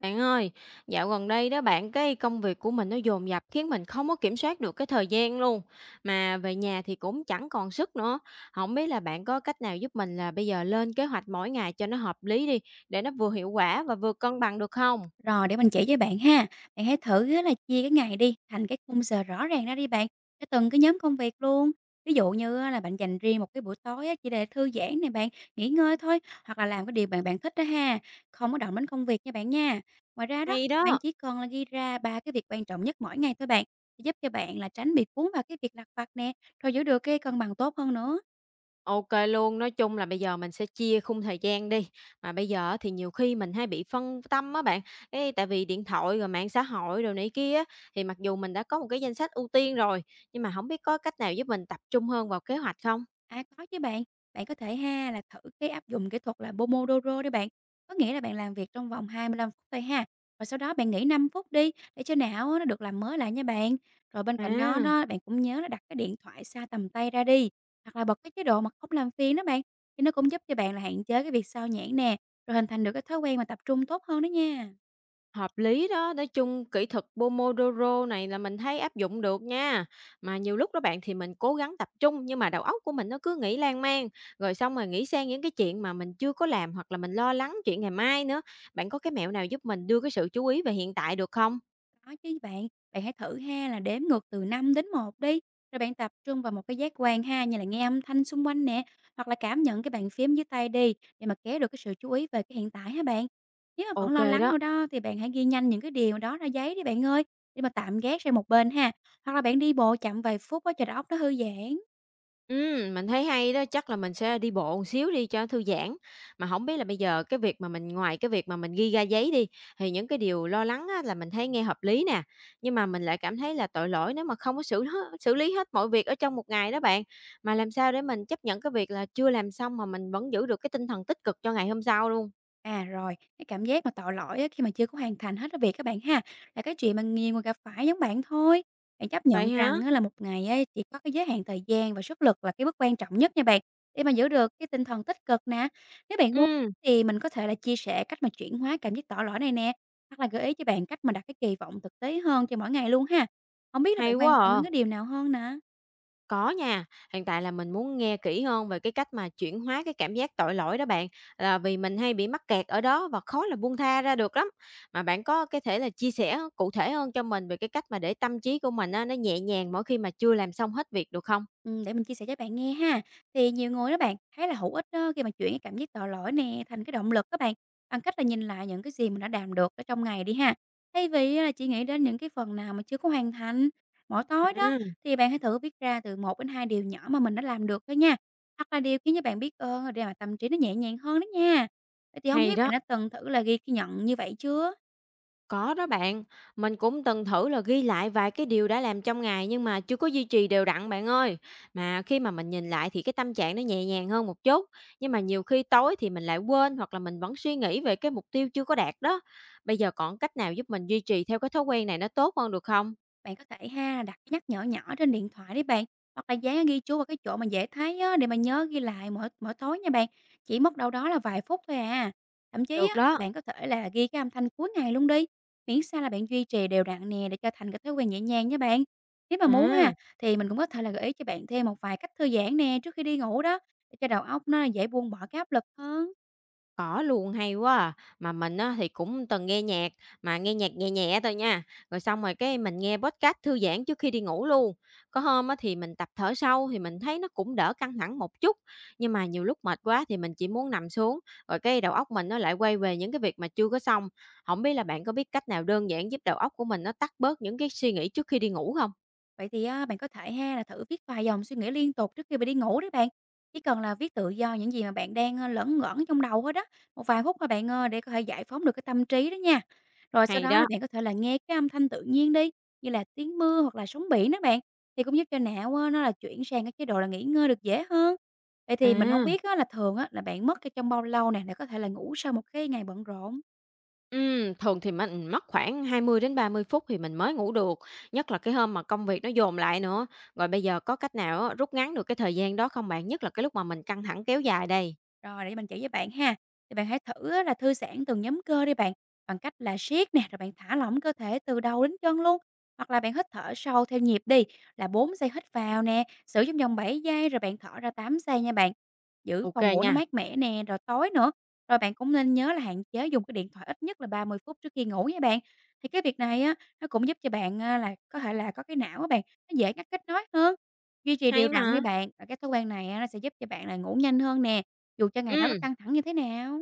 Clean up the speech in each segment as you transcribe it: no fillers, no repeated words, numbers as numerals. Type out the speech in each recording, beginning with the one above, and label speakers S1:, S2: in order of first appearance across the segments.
S1: Bạn ơi, dạo gần đây đó bạn, cái công việc của mình nó dồn dập khiến mình không có kiểm soát được cái thời gian luôn. Mà về nhà thì cũng chẳng còn sức nữa. Không biết là bạn có cách nào giúp mình là bây giờ lên kế hoạch mỗi ngày cho nó hợp lý đi, để nó vừa hiệu quả và vừa cân bằng được không?
S2: Rồi để mình chỉ với bạn ha. Bạn hãy thử á là chia cái ngày đi thành cái khung giờ rõ ràng ra đi bạn, cho từng cái nhóm công việc luôn. Ví dụ như á là bạn dành riêng một cái buổi tối á chỉ để thư giãn này bạn, nghỉ ngơi thôi, hoặc là làm cái điều bạn bạn thích đó ha, không có động đến công việc nha bạn nha. Ngoài ra đó,
S1: Hay
S2: bạn
S1: đó.
S2: chỉ cần là ghi ra ba cái việc quan trọng nhất mỗi ngày thôi bạn, giúp cho bạn là tránh bị cuốn vào cái việc lặt vặt nè, rồi giữ được cái cân bằng tốt hơn nữa.
S1: OK luôn, nói chung là bây giờ mình sẽ chia khung thời gian đi. Mà bây giờ thì nhiều khi mình hay bị phân tâm á bạn, cái tại vì điện thoại rồi mạng xã hội rồi này kia á, thì mặc dù mình đã có một cái danh sách ưu tiên rồi, nhưng mà không biết có cách nào giúp mình tập trung hơn vào kế hoạch không?
S2: À, có chứ bạn. Bạn có thể ha là thử cái áp dụng kỹ thuật là Pomodoro đi bạn. Có nghĩa là bạn làm việc trong vòng 25 phút thôi ha. Rồi sau đó bạn nghỉ 5 phút đi để cho não á, nó được làm mới lại nha bạn. Rồi bên cạnh đó
S1: À.
S2: đó bạn cũng nhớ là đặt cái điện thoại xa tầm tay ra đi. Hoặc là bật cái chế độ mà không làm phiền đó bạn. Thì nó cũng giúp cho bạn là hạn chế cái việc sao nhãng nè. Rồi hình thành được cái thói quen mà tập trung tốt hơn đó nha.
S1: Hợp lý đó, nói chung kỹ thuật Pomodoro này là mình thấy áp dụng được nha. Mà nhiều lúc đó bạn thì mình cố gắng tập trung nhưng mà đầu óc của mình nó cứ nghĩ lan man, rồi xong rồi nghĩ sang những cái chuyện mà mình chưa có làm hoặc là mình lo lắng chuyện ngày mai nữa. Bạn có cái mẹo nào giúp mình đưa cái sự chú ý về hiện tại được không?
S2: Có chứ bạn, bạn hãy thử ha là đếm ngược từ 5 đến một đi, rồi bạn tập trung vào một cái giác quan ha, như là nghe âm thanh xung quanh nè, hoặc là cảm nhận cái bàn phím dưới tay đi để mà kéo được cái sự chú ý về cái hiện tại ha bạn. Nếu mà vẫn
S1: Ok
S2: lo lắng
S1: đó.
S2: nữa đó thì bạn hãy ghi nhanh những cái điều đó ra giấy đi bạn ơi, để mà tạm gác sang một bên ha, hoặc là bạn đi bộ chậm vài phút á cho đầu óc nó thư giãn.
S1: Mình thấy hay đó, chắc là mình sẽ đi bộ một xíu đi cho thư giãn. Mà không biết là bây giờ cái việc mà mình ngoài cái việc mà mình ghi ra giấy đi, thì những cái điều lo lắng á là mình thấy nghe hợp lý nè, nhưng mà mình lại cảm thấy là tội lỗi nếu mà không có xử lý hết mọi việc ở trong một ngày đó bạn. Mà làm sao để mình chấp nhận cái việc là chưa làm xong mà mình vẫn giữ được cái tinh thần tích cực cho ngày hôm sau luôn?
S2: À, rồi, cái cảm giác mà tội lỗi á, khi mà chưa có hoàn thành hết cái việc các bạn ha, là cái chuyện mà nhiều người gặp phải giống bạn thôi. Bạn chấp nhận
S1: Vậy hả?
S2: rằng á, là một ngày á, chỉ có cái giới hạn thời gian và sức lực là cái bước quan trọng nhất nha bạn, để mà giữ được cái tinh thần tích cực nè. Nếu bạn muốn
S1: Ừm,
S2: thì mình có thể là chia sẻ cách mà chuyển hóa cảm giác tội lỗi này nè, hoặc là gợi ý cho bạn cách mà đặt cái kỳ vọng thực tế hơn cho mỗi ngày luôn ha. Không biết là bạn
S1: hay
S2: quan
S1: quá!
S2: tâm đến
S1: À!
S2: cái điều nào hơn nè?
S1: Có nha, hiện tại là mình muốn nghe kỹ hơn về cái cách mà chuyển hóa cái cảm giác tội lỗi đó bạn, là vì mình hay bị mắc kẹt ở đó và khó là buông tha ra được lắm. Mà bạn có cái thể là chia sẻ cụ thể hơn cho mình về cái cách mà để tâm trí của mình á, nó nhẹ nhàng mỗi khi mà chưa làm xong hết việc được không?
S2: Để mình chia sẻ cho bạn nghe ha. Thì nhiều người đó bạn, thấy là hữu ích đó khi mà chuyển cái cảm giác tội lỗi nè thành cái động lực các bạn, bằng cách là nhìn lại những cái gì mình đã làm được ở trong ngày đi ha. Thay vì là chỉ nghĩ đến những cái phần nào mà chưa có hoàn thành, mỗi tối đó
S1: À,
S2: thì bạn hãy thử viết ra từ một đến 2 điều nhỏ mà mình đã làm được thôi nha, hoặc là điều khiến cho bạn biết ơn để mà tâm trí nó nhẹ nhàng hơn đó nha. Vậy thì không
S1: hay
S2: biết bạn
S1: đó.
S2: đã từng thử là ghi cái nhận như vậy chưa?
S1: Có đó bạn, mình cũng từng thử là ghi lại vài cái điều đã làm trong ngày nhưng mà chưa có duy trì đều đặn bạn ơi. Mà khi mà mình nhìn lại thì cái tâm trạng nó nhẹ nhàng hơn một chút, nhưng mà nhiều khi tối thì mình lại quên hoặc là mình vẫn suy nghĩ về cái mục tiêu chưa có đạt đó. Bây giờ còn cách nào giúp mình duy trì theo cái thói quen này nó tốt hơn được không?
S2: Bạn có thể ha đặt cái nhắc nhở nhỏ trên điện thoại đấy bạn, hoặc là dán ghi chú vào cái chỗ mà dễ thấy á, để mà nhớ ghi lại mỗi mỗi tối nha bạn. Chỉ mất đâu đó là vài phút thôi à. Thậm chí
S1: Được
S2: á, thì
S1: đó.
S2: bạn có thể là ghi cái âm thanh cuối ngày luôn đi, miễn sao là bạn duy trì đều đặn nè để cho thành cái thói quen nhẹ nhàng nha bạn. Nếu mà muốn ha
S1: À.
S2: thì mình cũng có thể là gợi ý cho bạn thêm một vài cách thư giãn nè trước khi đi ngủ đó để cho đầu óc nó dễ buông bỏ cái áp lực hơn.
S1: Có luôn, hay quá. À. Mà mình á thì cũng từng nghe nhạc, mà nghe nhạc nhẹ nhẹ thôi nha, rồi xong rồi cái mình nghe podcast thư giãn trước khi đi ngủ luôn. Có hôm á thì mình tập thở sâu thì mình thấy nó cũng đỡ căng thẳng một chút, nhưng mà nhiều lúc mệt quá thì mình chỉ muốn nằm xuống, rồi cái đầu óc mình nó lại quay về những cái việc mà chưa có xong. Không biết là bạn có biết cách nào đơn giản giúp đầu óc của mình nó tắt bớt những cái suy nghĩ trước khi đi ngủ không?
S2: Vậy thì á, bạn có thể ha là thử viết vài dòng suy nghĩ liên tục trước khi bạn đi ngủ đấy bạn. Chỉ cần là viết tự do những gì mà bạn đang lẩn ngẩn trong đầu thôi đó. Một vài phút thôi bạn ơi để có thể giải phóng được cái tâm trí đó nha. Rồi sau
S1: Hay
S2: đó là
S1: đó.
S2: bạn có thể là nghe cái âm thanh tự nhiên đi, như là tiếng mưa hoặc là sóng biển đó bạn. Thì cũng giúp cho não nó là chuyển sang cái chế độ là nghỉ ngơi được dễ hơn. Vậy thì mình không
S1: À.
S2: biết á, là thường á, là bạn mất cái trong bao lâu nè để có thể là ngủ sau một cái ngày bận rộn.
S1: Thường thì mình mất khoảng 20 đến 30 phút thì mình mới ngủ được, nhất là cái hôm mà công việc nó dồn lại nữa. Rồi bây giờ có cách nào á, rút ngắn được cái thời gian đó không bạn? Nhất là cái lúc mà mình căng thẳng kéo dài đây.
S2: Rồi để mình chỉ với bạn ha. Thì bạn hãy thử á là thư giãn từng nhóm cơ đi bạn, bằng cách là siết nè, rồi bạn thả lỏng cơ thể từ đầu đến chân luôn. Hoặc là bạn hít thở sâu theo nhịp đi, là 4 giây hít vào nè, giữ trong vòng 7 giây rồi bạn thở ra 8 giây nha bạn. Giữ
S1: OK
S2: phòng ngủ nó
S1: nha,
S2: mát mẻ nè, rồi tối nữa. Rồi bạn cũng nên nhớ là hạn chế dùng cái điện thoại ít nhất là 30 phút trước khi ngủ nha bạn. Thì cái việc này á, nó cũng giúp cho bạn à, là có thể là có cái não á bạn, nó dễ ngắt kết nối hơn. Duy trì đều
S1: hay
S2: đặn đi
S1: mà.
S2: bạn, và cái thói quen này á, nó sẽ giúp cho bạn là ngủ nhanh hơn nè dù cho ngày đó có
S1: Ừm.
S2: căng thẳng như thế nào,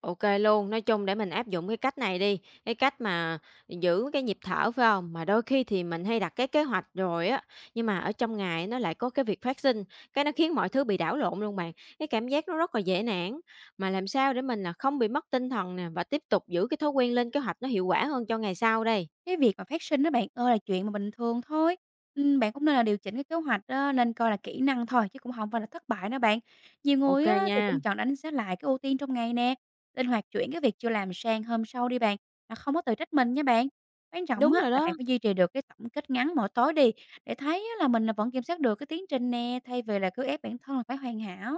S1: OK luôn, nói chung để mình áp dụng cái cách này đi, cái cách mà giữ cái nhịp thở, phải không? Mà đôi khi thì mình hay đặt cái kế hoạch rồi á, nhưng mà ở trong ngày nó lại có cái việc phát sinh, cái nó khiến mọi thứ bị đảo lộn luôn bạn. Cái cảm giác nó rất là dễ nản, mà làm sao để mình là không bị mất tinh thần nè và tiếp tục giữ cái thói quen lên kế hoạch nó hiệu quả hơn cho ngày sau đây?
S2: cái việc mà phát sinh đó bạn ơi là chuyện mà bình thường thôi. Bạn cũng nên là điều chỉnh cái kế hoạch á, nên coi là kỹ năng thôi chứ cũng không phải là thất bại nữa bạn. Nhiều
S1: OK
S2: người á thì cũng
S1: nha.
S2: chọn đánh giá lại cái ưu tiên trong ngày nè, linh hoạt chuyển cái việc chưa làm sang hôm sau đi bạn, mà không có tự trách mình nha bạn. Quan trọng
S1: Đúng
S2: á
S1: rồi
S2: là
S1: đó.
S2: bạn phải duy trì được cái tổng kết ngắn mỗi tối đi, để thấy á là mình là vẫn kiểm soát được cái tiến trình nè, thay vì là cứ ép bản thân là phải hoàn hảo.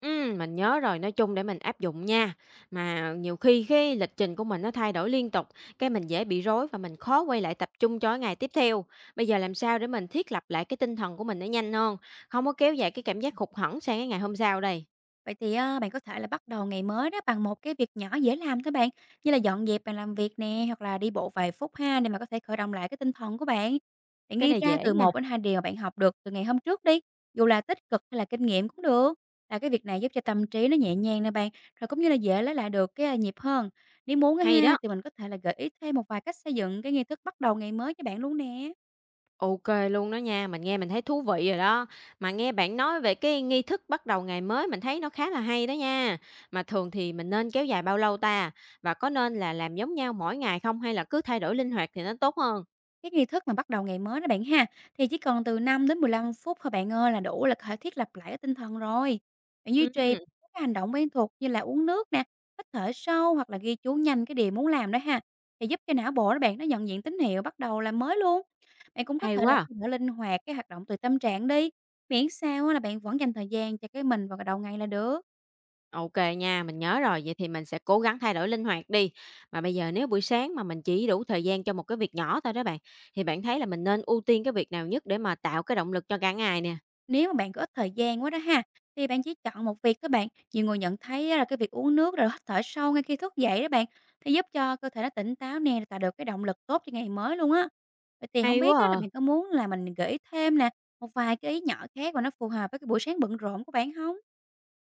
S1: Mình nhớ rồi, nói chung để mình áp dụng nha. Mà nhiều khi cái lịch trình của mình nó thay đổi liên tục, cái mình dễ bị rối và mình khó quay lại tập trung cho cái ngày tiếp theo. Bây giờ làm sao để mình thiết lập lại cái tinh thần của mình nó nhanh hơn, không có kéo dài cái cảm giác hụt hẫng sang cái ngày hôm sau đây?
S2: Vậy thì, bạn có thể là bắt đầu ngày mới đó bằng một cái việc nhỏ dễ làm thôi bạn, như là dọn dẹp bàn làm việc nè, hoặc là đi bộ vài phút ha, để mà có thể khởi động lại cái tinh thần của bạn. Bạn
S1: Cái
S2: ghi
S1: này
S2: ra
S1: dễ
S2: từ
S1: nha,
S2: một đến hai điều mà bạn học được từ ngày hôm trước đi, dù là tích cực hay là kinh nghiệm cũng được, là cái việc này giúp cho tâm trí nó nhẹ nhàng nè bạn, rồi cũng như là dễ lấy lại được cái, nhịp hơn. Nếu muốn á
S1: hay
S2: ha,
S1: đó.
S2: thì mình có thể là gợi ý thêm một vài cách xây dựng cái nghi thức bắt đầu ngày mới cho bạn luôn nè.
S1: OK luôn đó nha, mình nghe mình thấy thú vị rồi đó. Mà nghe bạn nói về cái nghi thức bắt đầu ngày mới mình thấy nó khá là hay đó nha. Mà thường thì mình nên kéo dài bao lâu ta? Và có nên là làm giống nhau mỗi ngày không hay là cứ thay đổi linh hoạt thì nó tốt hơn?
S2: Cái nghi thức mà bắt đầu ngày mới đó bạn ha, thì chỉ cần từ 5 đến 15 phút thôi bạn ơi là đủ là có thể thiết lập lại cái tinh thần rồi. Bạn duy trì
S1: Ừm,
S2: các hành động quen thuộc như là uống nước nè, hít thở sâu hoặc là ghi chú nhanh cái điều muốn làm đó ha, thì giúp cho não bộ đó bạn nó nhận diện tín hiệu bắt đầu làm mới luôn. Bạn cũng có
S1: hay
S2: thể là
S1: quá.
S2: thay đổi linh hoạt cái hoạt động tùy tâm trạng đi, miễn sao á là bạn vẫn dành thời gian cho cái mình vào đầu ngày là được.
S1: OK nha, mình nhớ rồi, vậy thì mình sẽ cố gắng thay đổi linh hoạt đi. Mà bây giờ nếu buổi sáng mà mình chỉ đủ thời gian cho một cái việc nhỏ thôi đó bạn, thì bạn thấy là mình nên ưu tiên cái việc nào nhất để mà tạo cái động lực cho cả ngày nè?
S2: Nếu mà bạn có ít thời gian quá đó ha, thì bạn chỉ chọn một việc thôi bạn. Nhiều người nhận thấy á là cái việc uống nước rồi hít thở sâu ngay khi thức dậy đó bạn, thì giúp cho cơ thể nó tỉnh táo nè, tạo được cái động lực tốt cho ngày mới luôn á. Vậy thì không
S1: Hay
S2: biết
S1: quá.
S2: á là
S1: À.
S2: bạn có muốn là mình gợi ý thêm nè, một vài cái ý nhỏ khác mà nó phù hợp với cái buổi sáng bận rộn của bạn không?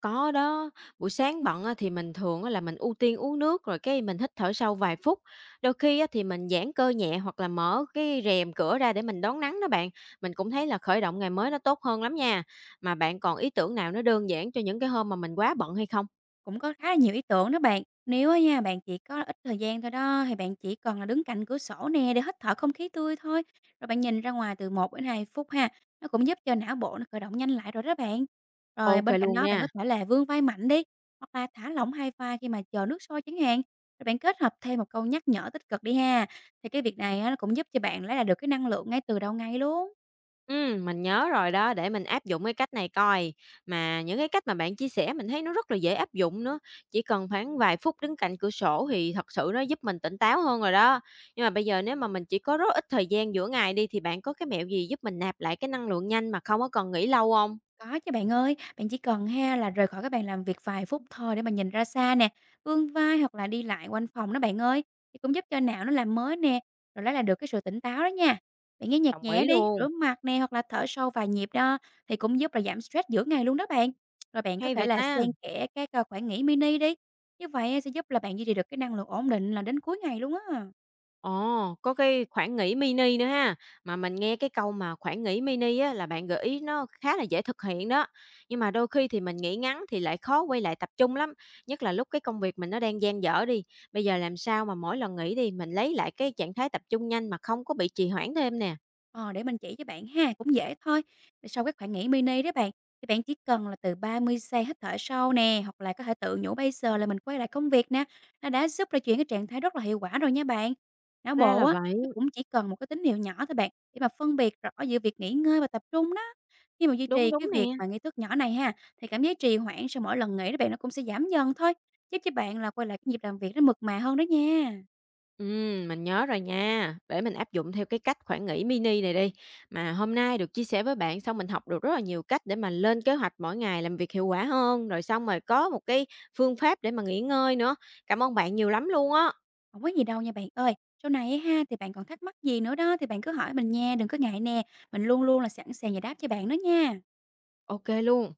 S1: Có đó, buổi sáng bận á thì mình thường á là mình ưu tiên uống nước rồi cái mình hít thở sâu vài phút. Đôi khi á thì mình giãn cơ nhẹ hoặc là mở cái rèm cửa ra để mình đón nắng đó bạn. Mình cũng thấy là khởi động ngày mới nó tốt hơn lắm nha. Mà bạn còn ý tưởng nào nó đơn giản cho những cái hôm mà mình quá bận hay không?
S2: Cũng có khá là nhiều ý tưởng đó bạn. Nếu á nha, bạn chỉ có ít thời gian thôi đó, thì bạn chỉ còn là đứng cạnh cửa sổ nè để hít thở không khí tươi thôi. Rồi bạn nhìn ra ngoài từ 1 đến 2 phút ha, nó cũng giúp cho não bộ nó khởi động nhanh lại rồi đó bạn. Rồi
S1: Ok
S2: bên cạnh
S1: luôn
S2: đó bạn có
S1: nha.
S2: thể là vươn vai mạnh đi, hoặc là thả lỏng hai vai khi mà chờ nước sôi chẳng hạn. Rồi bạn kết hợp thêm một câu nhắc nhở tích cực đi ha. Thì cái việc này á, nó cũng giúp cho bạn lấy lại được cái năng lượng ngay từ đầu ngày luôn.
S1: Mình nhớ rồi đó, để mình áp dụng cái cách này coi. Mà những cái cách mà bạn chia sẻ mình thấy nó rất là dễ áp dụng nữa, chỉ cần khoảng vài phút đứng cạnh cửa sổ thì thật sự nó giúp mình tỉnh táo hơn rồi đó. Nhưng mà bây giờ nếu mà mình chỉ có rất ít thời gian giữa ngày đi thì bạn có cái mẹo gì giúp mình nạp lại cái năng lượng nhanh mà không có cần nghỉ lâu không?
S2: Có chứ bạn ơi, bạn chỉ cần ha là rời khỏi cái bàn làm việc vài phút thôi để mà nhìn ra xa nè, vươn vai hoặc là đi lại quanh phòng đó bạn ơi, thì cũng giúp cho não nó làm mới nè, rồi lấy lại được cái sự tỉnh táo đó nha. Bạn nghe nhạc
S1: Đồng
S2: nhẹ
S1: ý
S2: đi, rửa
S1: luôn,
S2: mặt nè hoặc là thở sâu vài nhịp đó thì cũng giúp là giảm stress giữa ngày luôn đó bạn. Rồi bạn có
S1: hay
S2: thể
S1: vậy
S2: là
S1: ta!
S2: xen kẽ các khoảng nghỉ mini đi. Như vậy sẽ giúp là bạn duy trì được cái năng lượng ổn định là đến cuối ngày luôn á.
S1: Ồ, có cái khoảng nghỉ mini nữa ha. Mà mình nghe cái câu mà khoảng nghỉ mini á, là bạn gợi ý nó khá là dễ thực hiện đó. Nhưng mà đôi khi thì mình nghỉ ngắn thì lại khó quay lại tập trung lắm. Nhất là lúc cái công việc mình nó đang dang dở đi. Bây giờ làm sao mà mỗi lần nghỉ đi mình lấy lại cái trạng thái tập trung nhanh mà không có bị trì hoãn thêm nè.
S2: Ờ, để mình chỉ cho bạn ha, cũng dễ thôi. Sau các khoảng nghỉ mini đó bạn, thì bạn chỉ cần là từ 30 giây hít thở sâu nè, hoặc là có thể tự nhủ bây giờ là mình quay lại công việc nè, nó đã giúp là chuyển cái trạng thái rất là hiệu quả rồi nha bạn. Não
S1: Ra
S2: bộ
S1: là
S2: á,
S1: vậy.
S2: nó cũng chỉ cần một cái tín hiệu nhỏ thôi bạn, để mà phân biệt rõ giữa việc nghỉ ngơi và tập trung đó. Khi mà duy
S1: Đúng,
S2: trì cái
S1: đúng nè.
S2: việc mà nghi thức nhỏ này ha, thì cảm giác trì hoãn sau mỗi lần nghỉ đó bạn nó cũng sẽ giảm dần thôi, giúp cho bạn là quay lại cái nhịp làm việc nó mượt mà hơn đó nha.
S1: Mình nhớ rồi nha. Để mình áp dụng theo cái cách khoảng nghỉ mini này đi. Mà hôm nay được chia sẻ với bạn xong mình học được rất là nhiều cách để mà lên kế hoạch mỗi ngày làm việc hiệu quả hơn, rồi xong rồi có một cái phương pháp để mà nghỉ ngơi nữa. Cảm ơn bạn nhiều lắm luôn á.
S2: Không có gì đâu nha bạn ơi. Sau này á ha, thì bạn còn thắc mắc gì nữa đó thì bạn cứ hỏi mình nha, đừng có ngại nè, mình luôn luôn là sẵn sàng giải đáp cho bạn đó nha.
S1: OK luôn.